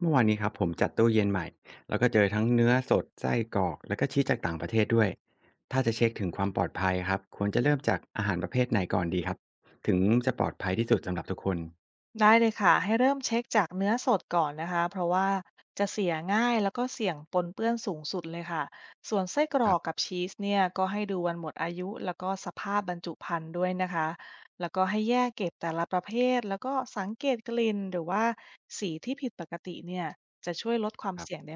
เมื่อวานนี้ครับผมจัดตู้เย็นใหม่แล้วก็เจอทั้งเนื้อสดไส้กรอกแล้วก็ชีสจากต่างประเทศด้วยถ้าจะเช็คถึงความปลอดภัยครับควรจะเริ่มจากอาหารประเภทไหนก่อนดีครับถึงจะปลอดภัยที่สุดสำหรับทุกคนได้เลยค่ะให้เริ่มเช็คจากเนื้อสดก่อนนะคะเพราะว่าจะเสียง่ายแล้วก็เสี่ยงปนเปื้อนสูงสุดเลยค่ะส่วนไส้กรคอรักกับบชีสเนี่ยก็ให้ดูวันหมดอายุแล้วก็สภาพบรรจุภัณฑ์ด้วยนะคะแล้วก็ให้แยกเก็บแต่ละประเภทแล้วก็สังเกตกลิ่นหรือว่าสีที่ผิดปกติเนี่ย ครับ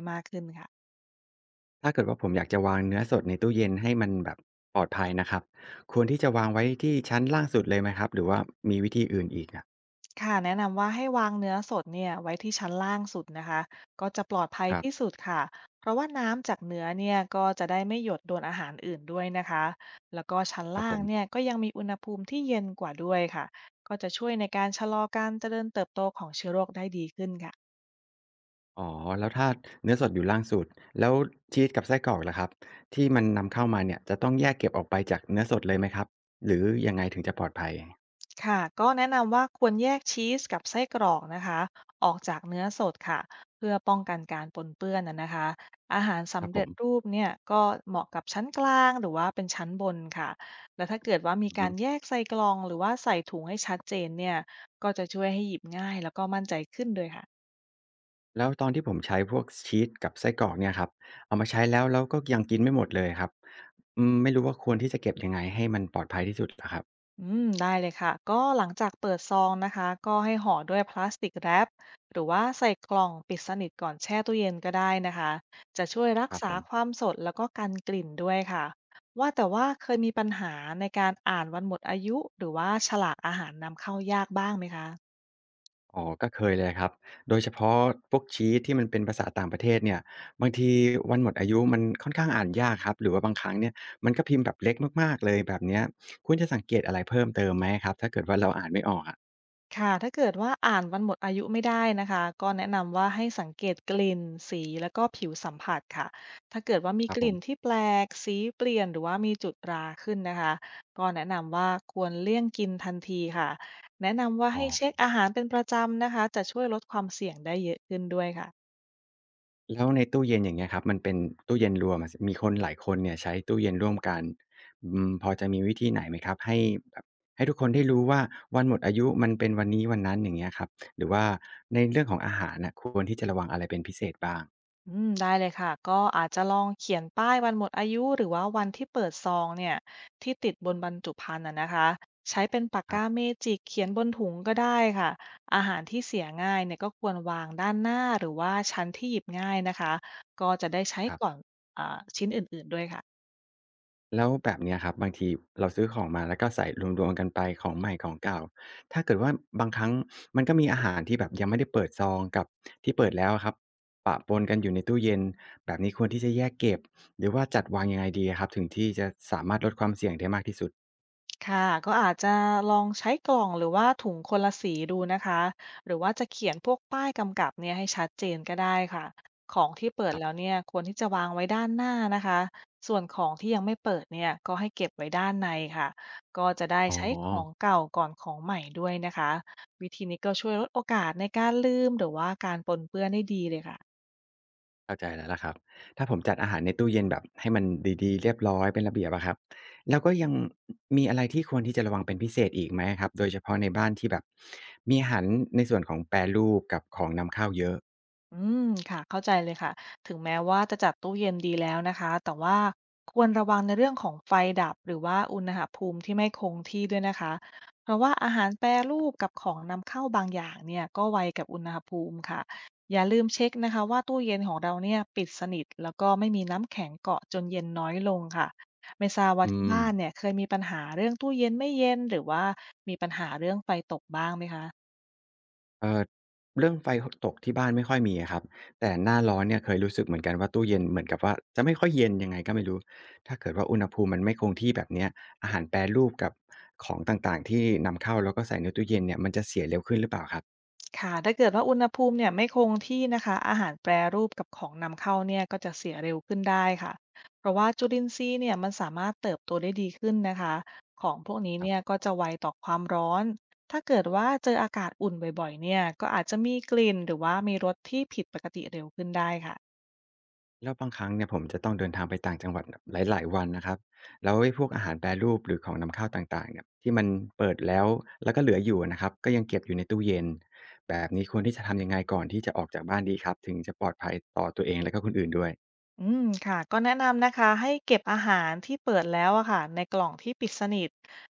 ถ้าเกิดว่าผมอยากจะวางเนื้อสดในตู้เย็นให้มันแบบปลอดภัยนะครับควรที่จะวางไว้ที่ชั้นล่างสุดเลยไหมครับหรือว่ามีวิธีอื่นอีกอะค่ะแนะนำว่าให้วางเนื้อสดเนี่ยไว้ที่ชั้นล่างสุดนะคะก็จะปลอดภัยครับที่สุดค่ะเพราะว่าน้ำจากเนื้อเนี่ยก็จะได้ไม่หยดโดนอาหารอื่นด้วยนะคะแล้วก็ชั้นครับล่าผงเนี่ยม ก็ยังมีอุณหภูมิที่เย็นกว่าด้วยค่ะก็จะช่วยในการชะลอการเจริญเติบโตของเชื้อโรคได้ดีขึ้นค่ะ อ๋อแล้วถ้าเนื้อสดอยู่ล่างสุดแล้วชีสกับไส้กรอกล่ะครับที่มันนำเข้ามาเนี่ยจะต้องแยกเก็บออกไปจากเนื้อสดเลยไหมครับหรือยังไงถึงจะปลอดภัยค่ะก็แนะนำว่าควรแยกชีสกับไส้กรอกนะคะออกจากเนื้อสดค่ะเพื่อป้องกันการปนเปื้อนนะคะอาหารคสำรับผเร็มจรูปเนี่ยก็เหมาะกับชั้นกลางหรือว่าเป็นชั้นบนค่ะและถ้าเกิดว่ามีอือกาฮึรแยกใส่กล่องหรือว่าใส่ถุงให้ชัดเจนเนี่ยก็จะช่วยให้หยิบง่ายแล้วก็มั่นใจขึ้นด้วยค่ะ แล้วตอนที่ผมใช้พวกชีสกับไส้กรอกเนี่ยครับเอามาใช้แล้วแล้วก็ยังกินไม่หมดเลยครับอืมไม่รู้ว่าควรที่จะเก็บยังไงให้มันปลอดภัยที่สุดอะครับอืมได้เลยค่ะ ก็หลังจากเปิดซองนะคะ ก็ให้ห่อด้วยพลาสติกแรปหรือว่าใส่กล่องปิดสนิทก่อนแช่ตู้เย็นก็ได้นะคะ จะช่วยรัคกรับษาผม ความสดแล้วก็กันกลิ่นด้วยค่ะ ว่าแต่ว่าเคยมีปัญหาในการอ่านวันหมดอายุหรือว่าฉลากอาหารนำเข้ายากบ้างไหมคะ อ๋อ ก็เคยเลยครับ โดยเฉพาะพวกชีตที่มันเป็นภาษาต่างประเทศเนี่ยบางทีวันหมดอายุมันค่อนข้างอ่านยากครับหรือว่าบางครั้งเนี่ยมันก็พิมพ์แบบเล็กมากๆเลยแบบเนี้ยคุณจะสังเกตอะไรเพิ่มเติมไหมครับถ้าเกิดว่าเราอ่านไม่ออกอะค่ะถ้าเกิดว่าอ่านวันหมดอายุไม่ได้นะคะก็แนะนำว่าให้สังเกตกลิ่นสีแล้วก็ผิวสัมผัสค่ะถ้าเกิดว่ามีครับกผลิ่มนที่แปลกสีเปลี่ยนหรือว่ามีจุดราขึ้นนะคะก็แนะนำว่าควรเลี่ยงกินทันทีค่ะแนะนำว่าอ๋อให้เช็คอาหารเป็นประจำนะคะจะช่วยลดความเสี่ยงได้เยอะขึ้นด้วยค่ะ แล้วในตู้เย็นอย่างเงี้ยครับ มันเป็นตู้เย็นรวมอะสมีคนหลายคนเนี่ยใช้ตู้เย็นร่วมกันอืมพอจะมีวิธีไหนไหมครับให้แบบให้ทุกคนได้รู้ว่าวันหมดอายุมันเป็นวันนี้วันนั้นอย่างเงี้ยครับหรือว่าในเรื่องของอาหารน่ะควรที่จะระวังอะไรเป็นพิเศษบ้าง อืมได้เลยค่ะก็อาจจะลองเขียนป้ายวันหมดอายุหรือว่าวันที่เปิดซองเนี่ยที่ติดบนบรรจุภัณฑ์น่ะนะคะใช้เป็นปากคการัเมบจิกเขียนบนถุงก็ได้ค่ะอาหารที่เสียง่ายเนี่ยก็ควรวางด้านหน้าหรือว่าชั้นที่หยิบง่ายนะคะก็จะได้ใช้ครัก่อนบอ่าชิ้นอื่นๆด้วยค่ะ แล้วแบบเนี้ยครับบางทีเราซื้อของมาแล้วก็ใส่รวมๆกันไปของใหม่ของเก่าถ้าเกิดว่าบางครั้งมันก็มีอาหารที่แบบยังไม่ได้เปิดซองกับที่เปิดแล้วอะครับปะปนกันอยู่ในตู้เย็นแบบนี้ควรที่จะแยกเก็บหรือว่าจัดวางยังไงดีอะครับถึงที่จะสามารถลดความเสี่ยงได้มากที่สุดค่ะก็อาจจะลองใช้กล่องหรือว่าถุงคนละสีดูนะคะหรือว่าจะเขียนพวกป้ายกำกับเนี่ยให้ชัดเจนก็ได้ค่ะของที่เปิดครัแล้วบเนี่ยควรที่จะวางไว้ด้านหน้านะคะส่วนของที่ยังไม่เปิดเนี่ยก็ให้เก็บไว้ด้านในค่ะก็จะได้อ๋อ ใช้ของเก่าก่อนของใหม่ด้วยนะคะวิธีนี้ก็ช่วยลดโอกาสในการลืมหรือว่าการปนเปื้อนได้ดีเลยค่ะ เข้าใจแล้วล่ะครับถ้าผมจัดอาหารในตู้เย็นแบบให้มันดีๆเรียบร้อยเป็นระเบียบอะครับแล้วก็ยังมีอะไรที่ควรที่จะระวังเป็นพิเศษอีกไหมครับโดยเฉพาะในบ้านที่แบบมีอาหารในส่วนของแปรรูปกับของนำเข้าเยอะอืมค่ะเข้าใจเลยค่ะถึงแม้ว่าจะจัดตู้เย็นดีแล้วนะคะแต่ว่าควรระวังในเรื่องของไฟดับหรือว่าอุณหภูมิที่ไม่คงที่ด้วยนะคะเพราะว่าอาหารแปรรูปกับของนำเข้าบางอย่างเนี่ยก็ไวกับอุณหภูมิค่ะอย่าลืมเช็คนะคะว่าตู้เย็นของเราเนี่ยปิดสนิทแล้วก็ไม่มีน้ำแข็งเกาะจนเย็นน้อยลงค่ะไม่ทราบว่าอืที่มบ้านเนี่ยเคยมีปัญหาเรื่องตู้เย็นไม่เย็นหรือว่ามีปัญหาเรื่องไฟตกบ้างไหมคะ เอ่อเรื่องไฟหตกที่บ้านไม่ค่อยมีอะครับแต่หน้าร้อนเนี่ยเคยรู้สึกเหมือนกันว่าตู้เย็นเหมือนกับว่าจะไม่ค่อยเย็นยังไงก็ไม่รู้ถ้าเกิดว่าอุณหภูมิมันไม่คงที่แบบเนี้ยอาหารแปรรูปกับของต่างๆที่นำเข้าแล้วก็ใส่ในตู้เย็นเนี่ยมันจะเสียเร็วขึ้นหรือเปล่าครัค่ะถ้าเกิดว่าอุณหภูมิเนี่ยไม่คงที่นะคะอาหารแปรรูปกับของนำเข้าเนี่ยก็จะเสียเร็วขึ้นได้ค่ะเพราะว่าจุลินทรีย์เนี่ยมันสามารถเติบโตได้ดีขึ้นนะคะของพวกนี้บ เนี่ยก็จะไวต่อความร้อน ถ้าเกิดว่าเจออากาศอุ่นบ่อยๆเนี่ยก็อาจจะมีกลิ่นหรือว่ามีรสที่ผิดปกติเร็วขึ้นได้ค่ะ แล้วบางครั้งเนี่ยผมจะต้องเดินทางไปต่างจังหวัดแบบหลายๆวันนะครับแล้วไอ้พวกอาหารแปรรูปหรือของนำเข้าต่างๆเนี่ยที่มันเปิดแล้วแล้วก็เหลืออยู่นะครับก็ยังเก็บอยู่ในตู้เย็นแบบนี้ควรที่จะทำยังไงก่อนที่จะออกจากบ้านดีครับถึงจะปลอดภัยต่อตัวเองและก็คนอื่นด้วยอืมค่ะก็แนะนำนะคะให้เก็บอาหารที่เปิดแล้วอะค่ะในกล่องที่ปิดสนิท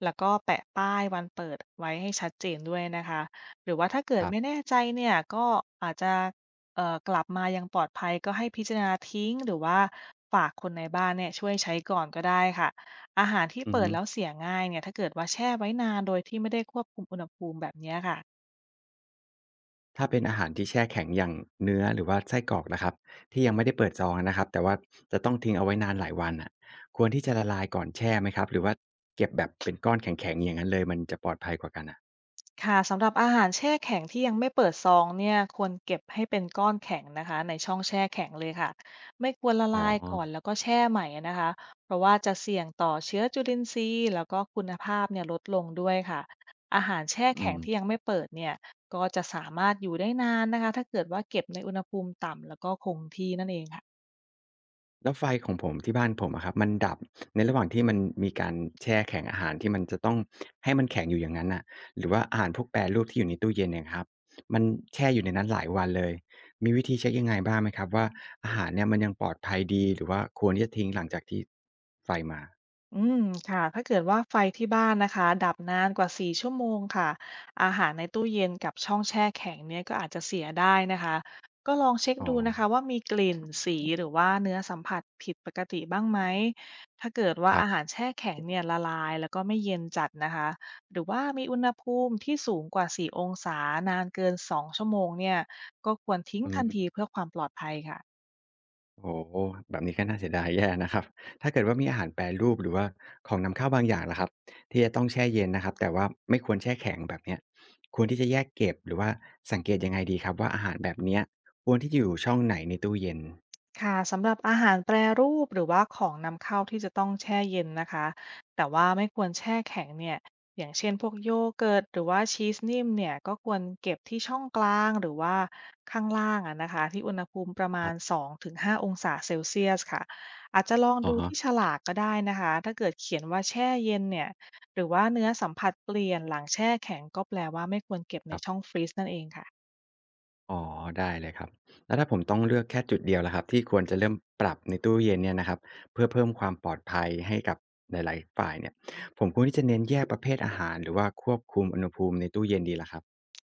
แล้วก็แปะป้ายวันเปิดไว้ให้ชัดเจนด้วยนะคะหรือว่าถ้าเกิดครัไม่บแน่ใจเนี่ยก็อาจจะกลับมายังปลอดภัยก็ให้พิจารณาทิ้งหรือว่าฝากคนในบ้านเนี่ยช่วยใช้ก่อนก็ได้ค่ะอาหารที่อือเปิดฮึแล้วเสียง่ายเนี่ยถ้าเกิดว่าแช่ไว้นานโดยที่ไม่ได้ควบคุมอุณหภูมิแบบเนี้ยค่ะ ถ้าเป็นอาหารที่แช่แข็งอย่างเนื้อหรือว่าไส้กรอกนะครับที่ยังไม่ได้เปิดซองนะครับแต่ว่าจะต้องทิ้งเอาไว้นานหลายวันอะควรที่จะละลายก่อนแช่ไหมครับหรือว่าเก็บแบบเป็นก้อนแข็งๆอย่างนั้นเลยมันจะปลอดภัยกว่ากันอะค่ะสำหรับอาหารแช่แข็งที่ยังไม่เปิดซองเนี่ยควรเก็บให้เป็นก้อนแข็งนะคะในช่องแช่แข็งเลยค่ะไม่ควรละอ๋อลายก่อนแล้วก็แช่ใหม่นะคะเพราะว่าจะเสี่ยงต่อเชื้อจุลินทรีย์แล้วก็คุณภาพเนี่ยลดลงด้วยค่ะอาหารแช่อืแข็งม ที่ยังไม่เปิดเนี่ยก็จะสามารถอยู่ได้นานนะคะถ้าเกิดว่าเก็บในอุณหภูมิต่ำแล้วก็คงที่นั่นเองค่ะ แล้วไฟของผมที่บ้านผมอะครับมันดับในระหว่างที่มันมีการแช่แข็งอาหารที่มันจะต้องให้มันแข็งอยู่อย่างนั้นน่ะหรือว่าอาหารพวกแปรรูปที่อยู่ในตู้เย็นเนี่ยครับมันแช่อยู่ในนั้นหลายวันเลยมีวิธีเช็กยังไงบ้างไหมครับว่าอาหารเนี่ยมันยังปลอดภัยดีหรือว่าควรที่จะทิ้งหลังจากที่ไฟมาอืมค่ะถ้าเกิดว่าไฟที่บ้านนะคะดับนานกว่า4ชั่วโมงค่ะอาหารในตู้เย็นกับช่องแช่แข็งเนี่ยก็อาจจะเสียได้นะคะก็ลองเช็คอ๋อดูนะคะว่ามีกลิ่นสีหรือว่าเนื้อสัมผัสผิดปกติบ้างไหมถ้าเกิดว่าครัอาหารบแช่แข็งเนี่ยละลายแล้วก็ไม่เย็นจัดนะคะหรือว่ามีอุณหภูมิที่สูงกว่า4องศานานเกิน2ชั่วโมงเนี่ยก็ควรทิ้งอืทันทีเพื่ม อความปลอดภัยค่ะ โอ้โฮแบบนี้ก็น่าเสียดายแย่นะครับถ้าเกิดว่ามีอาหารแปรรูปหรือว่าของนำเข้าบางอย่างล่ะครับที่จะต้องแช่เย็นนะครับแต่ว่าไม่ควรแช่แข็งแบบเนี้ยควรที่จะแยกเก็บหรือว่าสังเกตยังไงดีครับว่าอาหารแบบเนี้ยควรที่จะอยู่ช่องไหนในตู้เย็นค่ะสำหรับอาหารแปรรูปหรือว่าของนำเข้าที่จะต้องแช่เย็นนะคะแต่ว่าไม่ควรแช่แข็งเนี่ยอย่างเช่นพวกโยเกิร์ตหรือว่าชีสนิ่มเนี่ยก็ควรเก็บที่ช่องกลางหรือว่าข้างล่างอะนะคะที่อุณหภูมิประมาครัณบ2-5องถึงห้าองศาเซลเซียสค่ะอาจจะลองดูอะฮะที่ฉลากก็ได้นะคะถ้าเกิดเขียนว่าแช่เย็นเนี่ยหรือว่าเนื้อสัมผัสเปลี่ยนหลังแช่แข็งก็แปลว่าไม่ควรเก็บในครับช่องฟรีซนั่นเองค่ะ อ๋อได้เลยครับแล้วถ้าผมต้องเลือกแค่จุดเดียวล่ะครับที่ควรจะเริ่มปรับในตู้เย็นเนี่ยนะครับเพื่อเพิ่มความปลอดภัยให้กับหลายๆฝ่ายเนี่ยผมควรที่จะเน้นแยกประเภทอาหารหรือว่าควบคุมอุณหภูมิในตู้เย็นดีล่ะครับ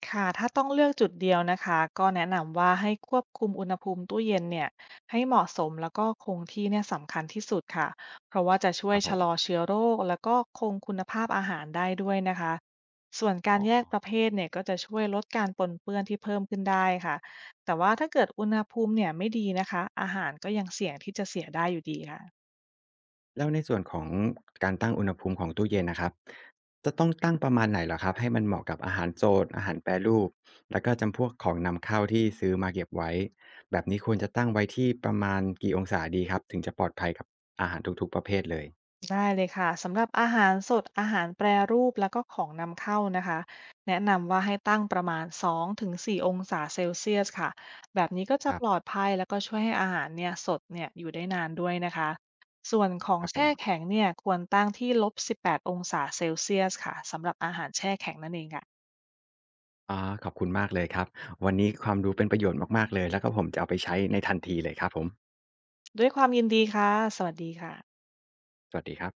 ค่ะถ้าต้องเลือกจุดเดียวนะคะก็แนะนำว่าให้ควบคุมอุณหภูมิตู้เย็นเนี่ยให้เหมาะสมแล้วก็คงที่เนี่ยสำคัญที่สุดค่ะเพราะว่าจะช่วคยรับผชะลอม เชื้อโรคแล้วก็คงคุณภาพอาหารได้ด้วยนะคะส่วนอ๋กาอรแยกประเภทเนี่ยก็จะช่วยลดการปนเปื้อนที่เพิ่มขึ้นได้ค่ะแต่ว่าถ้าเกิดอุณหภูมิเนี่ยไม่ดีนะคะอาหารก็ยังเสี่ยงที่จะเสียได้อยู่ดีค่ะ แล้วในส่วนของการตั้งอุณหภูมิของตู้เย็นนะครับจะต้องตั้งประมาณไหนเหรอครับให้มันเหมาะกับอาหารโสดอาหารแปรรูปแล้วก็จำพวกของนำเข้าที่ซื้อมาเก็บไว้แบบนี้ควรจะตั้งไว้ที่ประมาณกี่องศาดีครับถึงจะปลอดภัยกับอาหารทุกๆประเภทเลยได้เลยค่ะสำหรับอาหารสดอาหารแปรรูปแล้วก็ของนำเข้านะคะแนะนำว่าให้ตั้งประมาณ2-4องถึงสี่องศาเซลเซียสค่ะแบบนี้ก็จะครัปลอบดภัยแล้วก็ช่วยให้อาหารเนี่ยสดเนี่ยอยู่ได้นานด้วยนะคะส่วนของครับผแช่มแข็งเนี่ยควรตั้งที่ลบ18องศาเซลเซียสค่ะสำหรับอาหารแช่แข็งนั่นเองค่ะออขอบคุณมากเลยครับวันนี้ความรู้เป็นประโยชน์มากๆเลยแล้วก็ผมจะเอาไปใช้ในทันทีเลยครับผมด้วยความยินดีค่ะสวัสดีค่ะสวัสดีครับ